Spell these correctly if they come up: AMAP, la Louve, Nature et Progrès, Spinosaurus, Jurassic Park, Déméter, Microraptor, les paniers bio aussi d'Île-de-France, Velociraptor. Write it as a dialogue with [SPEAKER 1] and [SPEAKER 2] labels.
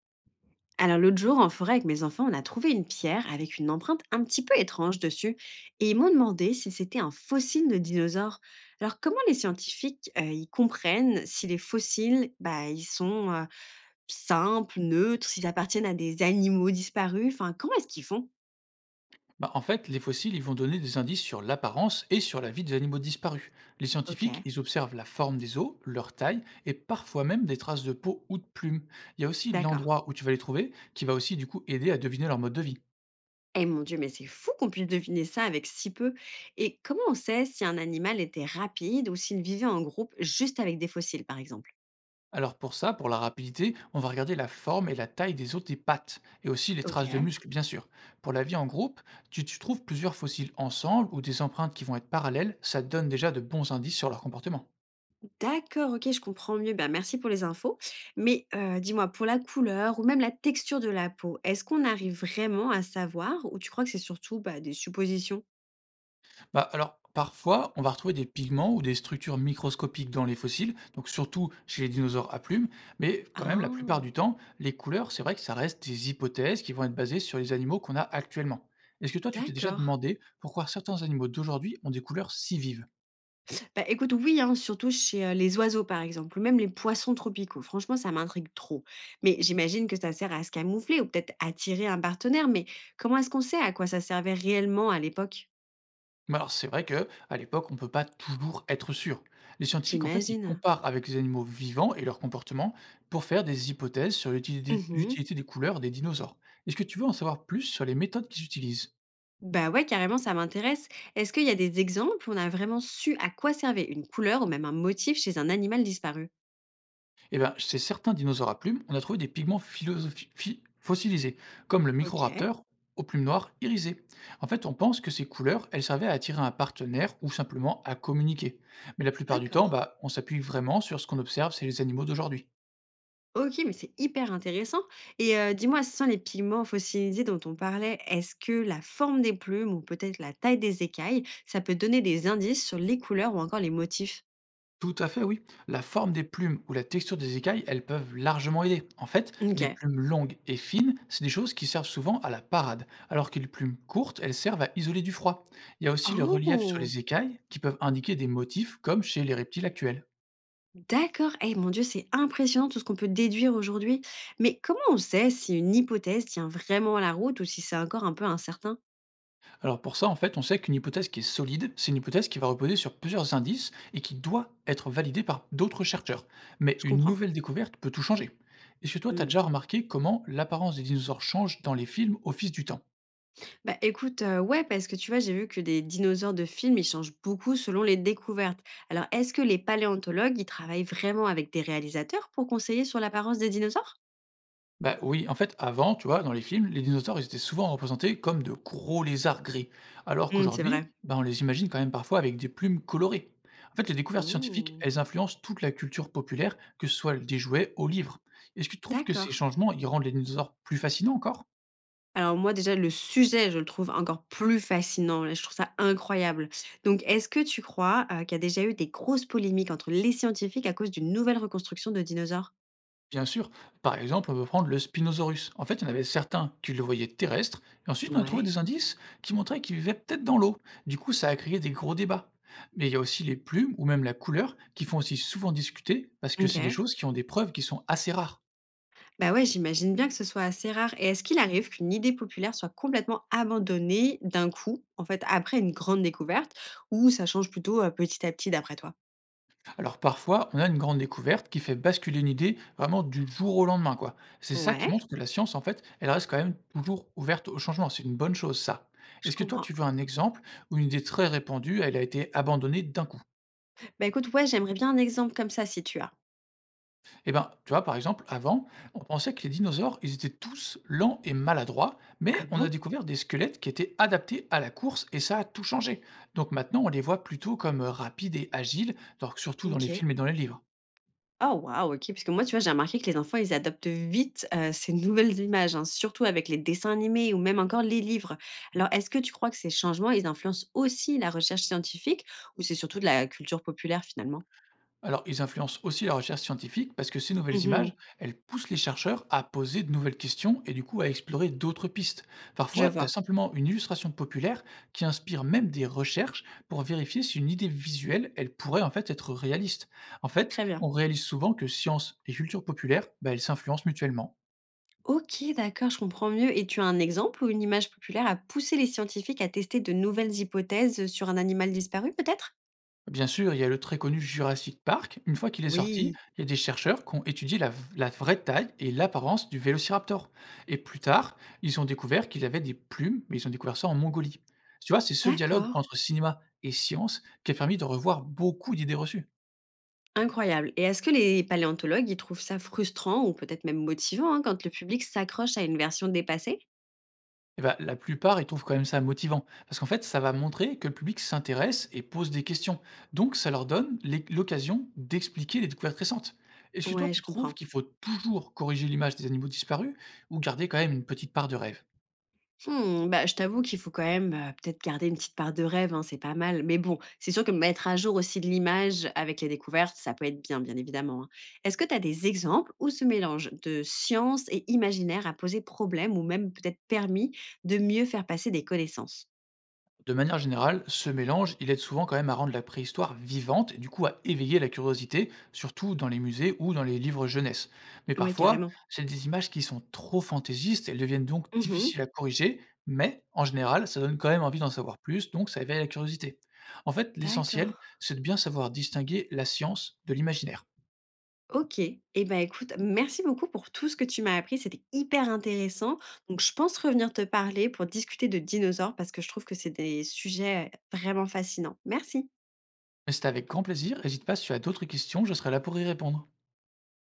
[SPEAKER 1] Alors l'autre jour, en forêt avec mes enfants, on a trouvé une pierre avec une empreinte un petit peu étrange dessus, et ils m'ont demandé si c'était un fossile de dinosaure. Alors comment les scientifiques ils comprennent si les fossiles, ils sont simples, neutres, s'ils appartiennent à des animaux disparus? Enfin, comment est-ce qu'ils font?
[SPEAKER 2] Bah, en fait, les fossiles ils vont donner des indices sur l'apparence et sur la vie des animaux disparus. Les
[SPEAKER 1] Ok,
[SPEAKER 2] scientifiques, ils observent la forme des os, leur taille et parfois même des traces de peau ou de plumes. Il y a aussi
[SPEAKER 1] d'accord.
[SPEAKER 2] l'endroit où tu vas les trouver qui va aussi du coup aider à deviner leur mode de vie.
[SPEAKER 1] Eh mon dieu, mais c'est fou qu'on puisse deviner ça avec si peu. Et comment on sait si un animal était rapide ou s'il vivait en groupe juste avec des fossiles, par exemple?
[SPEAKER 2] Alors pour ça, pour la rapidité, on va regarder la forme et la taille des os des pattes et aussi les traces de
[SPEAKER 1] Ok.
[SPEAKER 2] muscles bien sûr. Pour la vie en groupe, tu trouves plusieurs fossiles ensemble ou des empreintes qui vont être parallèles, ça te donne déjà de bons indices sur leur comportement.
[SPEAKER 1] D'accord, OK, je comprends mieux. Ben, merci pour les infos. Mais dis-moi, pour la couleur ou même la texture de la peau, est-ce qu'on arrive vraiment à savoir, ou tu crois que c'est surtout, bah, des suppositions?
[SPEAKER 2] Bah, alors, parfois, on va retrouver des pigments ou des structures microscopiques dans les fossiles, donc surtout chez les dinosaures à plumes, mais quand même, la
[SPEAKER 1] Ah!
[SPEAKER 2] plupart du temps, les couleurs, c'est vrai que ça reste des hypothèses qui vont être basées sur les animaux qu'on a actuellement. Est-ce que toi, tu t'es déjà
[SPEAKER 1] D'accord.
[SPEAKER 2] demandé pourquoi certains animaux d'aujourd'hui ont des couleurs si vives?
[SPEAKER 1] Bah, écoute, oui, hein, surtout chez, les oiseaux, par exemple, ou même les poissons tropicaux. Franchement, ça m'intrigue trop. Mais j'imagine que ça sert à se camoufler ou peut-être attirer un partenaire. Mais comment est-ce qu'on sait à quoi ça servait réellement à l'époque?
[SPEAKER 2] Bah alors, c'est vrai que à l'époque, on peut pas toujours être sûr. Les scientifiques, en fait, ils
[SPEAKER 1] J'imagine.
[SPEAKER 2] comparent avec les animaux vivants et leur comportement pour faire des hypothèses sur l'utilité
[SPEAKER 1] Mmh.
[SPEAKER 2] l'utilité des couleurs des dinosaures. Est-ce que tu veux en savoir plus sur les méthodes qu'ils utilisent?
[SPEAKER 1] Bah ouais, carrément, ça m'intéresse. Est-ce qu'il y a des exemples où on a vraiment su à quoi servait une couleur ou même un motif chez un animal disparu?
[SPEAKER 2] Eh bien, chez certains dinosaures à plumes, on a trouvé des pigments fossilisés, comme le
[SPEAKER 1] Ok,
[SPEAKER 2] microraptor aux plumes noires irisées. En fait, on pense que ces couleurs, elles servaient à attirer un partenaire ou simplement à communiquer. Mais la plupart du temps,
[SPEAKER 1] d'accord.
[SPEAKER 2] bah, on s'appuie vraiment sur ce qu'on observe chez les animaux d'aujourd'hui.
[SPEAKER 1] Ok, mais c'est hyper intéressant. Et dis-moi, ce sont les pigments fossilisés dont on parlait, est-ce que la forme des plumes ou peut-être la taille des écailles, ça peut donner des indices sur les couleurs ou encore les motifs?
[SPEAKER 2] Tout à fait, oui. La forme des plumes ou la texture des écailles, elles peuvent largement aider. En fait, des
[SPEAKER 1] Ok.
[SPEAKER 2] plumes longues et fines, c'est des choses qui servent souvent à la parade, alors que les plumes courtes, elles servent à isoler du froid. Il y a aussi le relief sur
[SPEAKER 1] Oh,
[SPEAKER 2] les écailles qui peuvent indiquer des motifs comme chez les reptiles actuels.
[SPEAKER 1] d'accord. Eh mon Dieu, c'est impressionnant tout ce qu'on peut déduire aujourd'hui. Mais comment on sait si une hypothèse tient vraiment la route ou si c'est encore un peu incertain?
[SPEAKER 2] Alors pour ça, en fait, on sait qu'une hypothèse qui est solide, c'est une hypothèse qui va reposer sur plusieurs indices et qui doit être validée par d'autres chercheurs. Mais
[SPEAKER 1] Je
[SPEAKER 2] une
[SPEAKER 1] comprends.
[SPEAKER 2] nouvelle découverte peut tout changer. Est-ce que toi, tu as
[SPEAKER 1] Mmh.
[SPEAKER 2] déjà remarqué comment l'apparence des dinosaures change dans les films au fil du temps?
[SPEAKER 1] Bah, écoute, ouais, parce que tu vois, j'ai vu que des dinosaures de films, ils changent beaucoup selon les découvertes. Alors, est-ce que les paléontologues, ils travaillent vraiment avec des réalisateurs pour conseiller sur l'apparence des dinosaures?
[SPEAKER 2] Bah oui, en fait, avant, tu vois, dans les films, les dinosaures, ils étaient souvent représentés comme de gros lézards gris, alors
[SPEAKER 1] Mmh, c'est
[SPEAKER 2] qu'aujourd'hui,
[SPEAKER 1] vrai.
[SPEAKER 2] bah, on les imagine quand même parfois avec des plumes colorées. En fait, les découvertes scientifiques,
[SPEAKER 1] Ouh,
[SPEAKER 2] elles influencent toute la culture populaire, que ce soit des jouets aux livres. Est-ce que tu trouves que ces
[SPEAKER 1] d'accord.
[SPEAKER 2] changements, ils rendent les dinosaures plus fascinants encore?
[SPEAKER 1] Alors moi, déjà, le sujet, je le trouve encore plus fascinant, là, je trouve ça incroyable. Donc, est-ce que tu crois, qu'il y a déjà eu des grosses polémiques entre les scientifiques à cause d'une nouvelle reconstruction de dinosaures?
[SPEAKER 2] Bien sûr, par exemple, on peut prendre le Spinosaurus. En fait, il y en avait certains qui le voyaient terrestre, et ensuite on a trouvé
[SPEAKER 1] Ouais,
[SPEAKER 2] des indices qui montraient qu'il vivait peut-être dans l'eau. Du coup, ça a créé des gros débats. Mais il y a aussi les plumes ou même la couleur qui font aussi souvent discuter parce que c'est des
[SPEAKER 1] OK.
[SPEAKER 2] choses qui ont des preuves qui sont assez rares.
[SPEAKER 1] Bah ouais, j'imagine bien que ce soit assez rare. Et est-ce qu'il arrive qu'une idée populaire soit complètement abandonnée d'un coup, en fait, après une grande découverte, ou ça change plutôt petit à petit d'après toi?
[SPEAKER 2] Alors parfois, on a une grande découverte qui fait basculer une idée vraiment du jour au lendemain, quoi. C'est ça qui
[SPEAKER 1] Ouais,
[SPEAKER 2] montre que la science, en fait, elle reste quand même toujours ouverte au changement. C'est une bonne chose, ça.
[SPEAKER 1] je
[SPEAKER 2] Est-ce que toi,
[SPEAKER 1] comprends.
[SPEAKER 2] tu veux un exemple où une idée très répandue, elle a été abandonnée d'un coup?
[SPEAKER 1] Bah écoute, ouais, j'aimerais bien un exemple comme ça si tu as.
[SPEAKER 2] Eh ben, tu vois, par exemple, avant, on pensait que les dinosaures, ils étaient tous lents et maladroits,
[SPEAKER 1] Ah
[SPEAKER 2] mais on a
[SPEAKER 1] bon?
[SPEAKER 2] découvert des squelettes qui étaient adaptés à la course et ça a tout changé. Donc maintenant, on les voit plutôt comme rapides et agiles, donc surtout dans les
[SPEAKER 1] Ok.
[SPEAKER 2] films et dans les livres.
[SPEAKER 1] Oh waouh, ok. Parce que moi, tu vois, j'ai remarqué que les enfants, ils adoptent vite ces nouvelles images, hein, surtout avec les dessins animés ou même encore les livres. Alors, est-ce que tu crois que ces changements, ils influencent aussi la recherche scientifique, ou c'est surtout de la culture populaire finalement?
[SPEAKER 2] Alors, ils influencent aussi la recherche scientifique parce que ces nouvelles
[SPEAKER 1] Mhm,
[SPEAKER 2] images, elles poussent les chercheurs à poser de nouvelles questions et du coup à explorer d'autres pistes.
[SPEAKER 1] je
[SPEAKER 2] Parfois, tu as
[SPEAKER 1] vois.
[SPEAKER 2] simplement une illustration populaire qui inspire même des recherches pour vérifier si une idée visuelle, elle pourrait en fait être réaliste. En fait,
[SPEAKER 1] Très bien.
[SPEAKER 2] on réalise souvent que science et culture populaire, bah, elles s'influencent mutuellement.
[SPEAKER 1] OK, d'accord, je comprends mieux. Et tu as un exemple où une image populaire a poussé les scientifiques à tester de nouvelles hypothèses sur un animal disparu, peut-être?
[SPEAKER 2] Bien sûr, il y a le très connu Jurassic Park. Une fois qu'il est sorti,
[SPEAKER 1] Oui,
[SPEAKER 2] il y a des chercheurs qui ont étudié la vraie taille et l'apparence du Vélociraptor. Et plus tard, ils ont découvert qu'il avait des plumes, mais ils ont découvert ça en Mongolie. Tu vois, c'est ce dialogue
[SPEAKER 1] d'accord.
[SPEAKER 2] entre cinéma et science qui a permis de revoir beaucoup d'idées reçues.
[SPEAKER 1] Incroyable. Et est-ce que les paléontologues, ils trouvent ça frustrant ou peut-être même motivant, hein, quand le public s'accroche à une version dépassée?
[SPEAKER 2] Eh bah, la plupart, ils trouvent quand même ça motivant. Parce qu'en fait, ça va montrer que le public s'intéresse et pose des questions. Donc, ça leur donne l'occasion d'expliquer les découvertes récentes. Est-ce que toi,
[SPEAKER 1] Ouais, je
[SPEAKER 2] tu trouves
[SPEAKER 1] comprends.
[SPEAKER 2] qu'il faut toujours corriger l'image des animaux disparus ou garder quand même une petite part de rêve?
[SPEAKER 1] Mmh, bah, je t'avoue qu'il faut quand même, peut-être garder une petite part de rêve, hein, c'est pas mal. Mais bon, c'est sûr que mettre à jour aussi de l'image avec les découvertes, ça peut être bien, bien évidemment, hein. Est-ce que tu as des exemples où ce mélange de science et imaginaire a posé problème ou même peut-être permis de mieux faire passer des connaissances?
[SPEAKER 2] De manière générale, ce mélange, il aide souvent quand même à rendre la préhistoire vivante et du coup à éveiller la curiosité, surtout dans les musées ou dans les livres jeunesse. Mais
[SPEAKER 1] Ouais,
[SPEAKER 2] parfois,
[SPEAKER 1] carrément.
[SPEAKER 2] c'est des images qui sont trop fantaisistes, elles deviennent donc
[SPEAKER 1] Mmh.
[SPEAKER 2] difficiles à corriger, mais en général, ça donne quand même envie d'en savoir plus, donc ça éveille la curiosité. En fait,
[SPEAKER 1] D'accord.
[SPEAKER 2] l'essentiel, c'est de bien savoir distinguer la science de l'imaginaire.
[SPEAKER 1] OK. Et ben, écoute, merci beaucoup pour tout ce que tu m'as appris. C'était hyper intéressant. Donc, je pense revenir te parler pour discuter de dinosaures parce que je trouve que c'est des sujets vraiment fascinants. Merci.
[SPEAKER 2] Mais c'était avec grand plaisir, n'hésite pas si tu as d'autres questions, je serai là pour y répondre.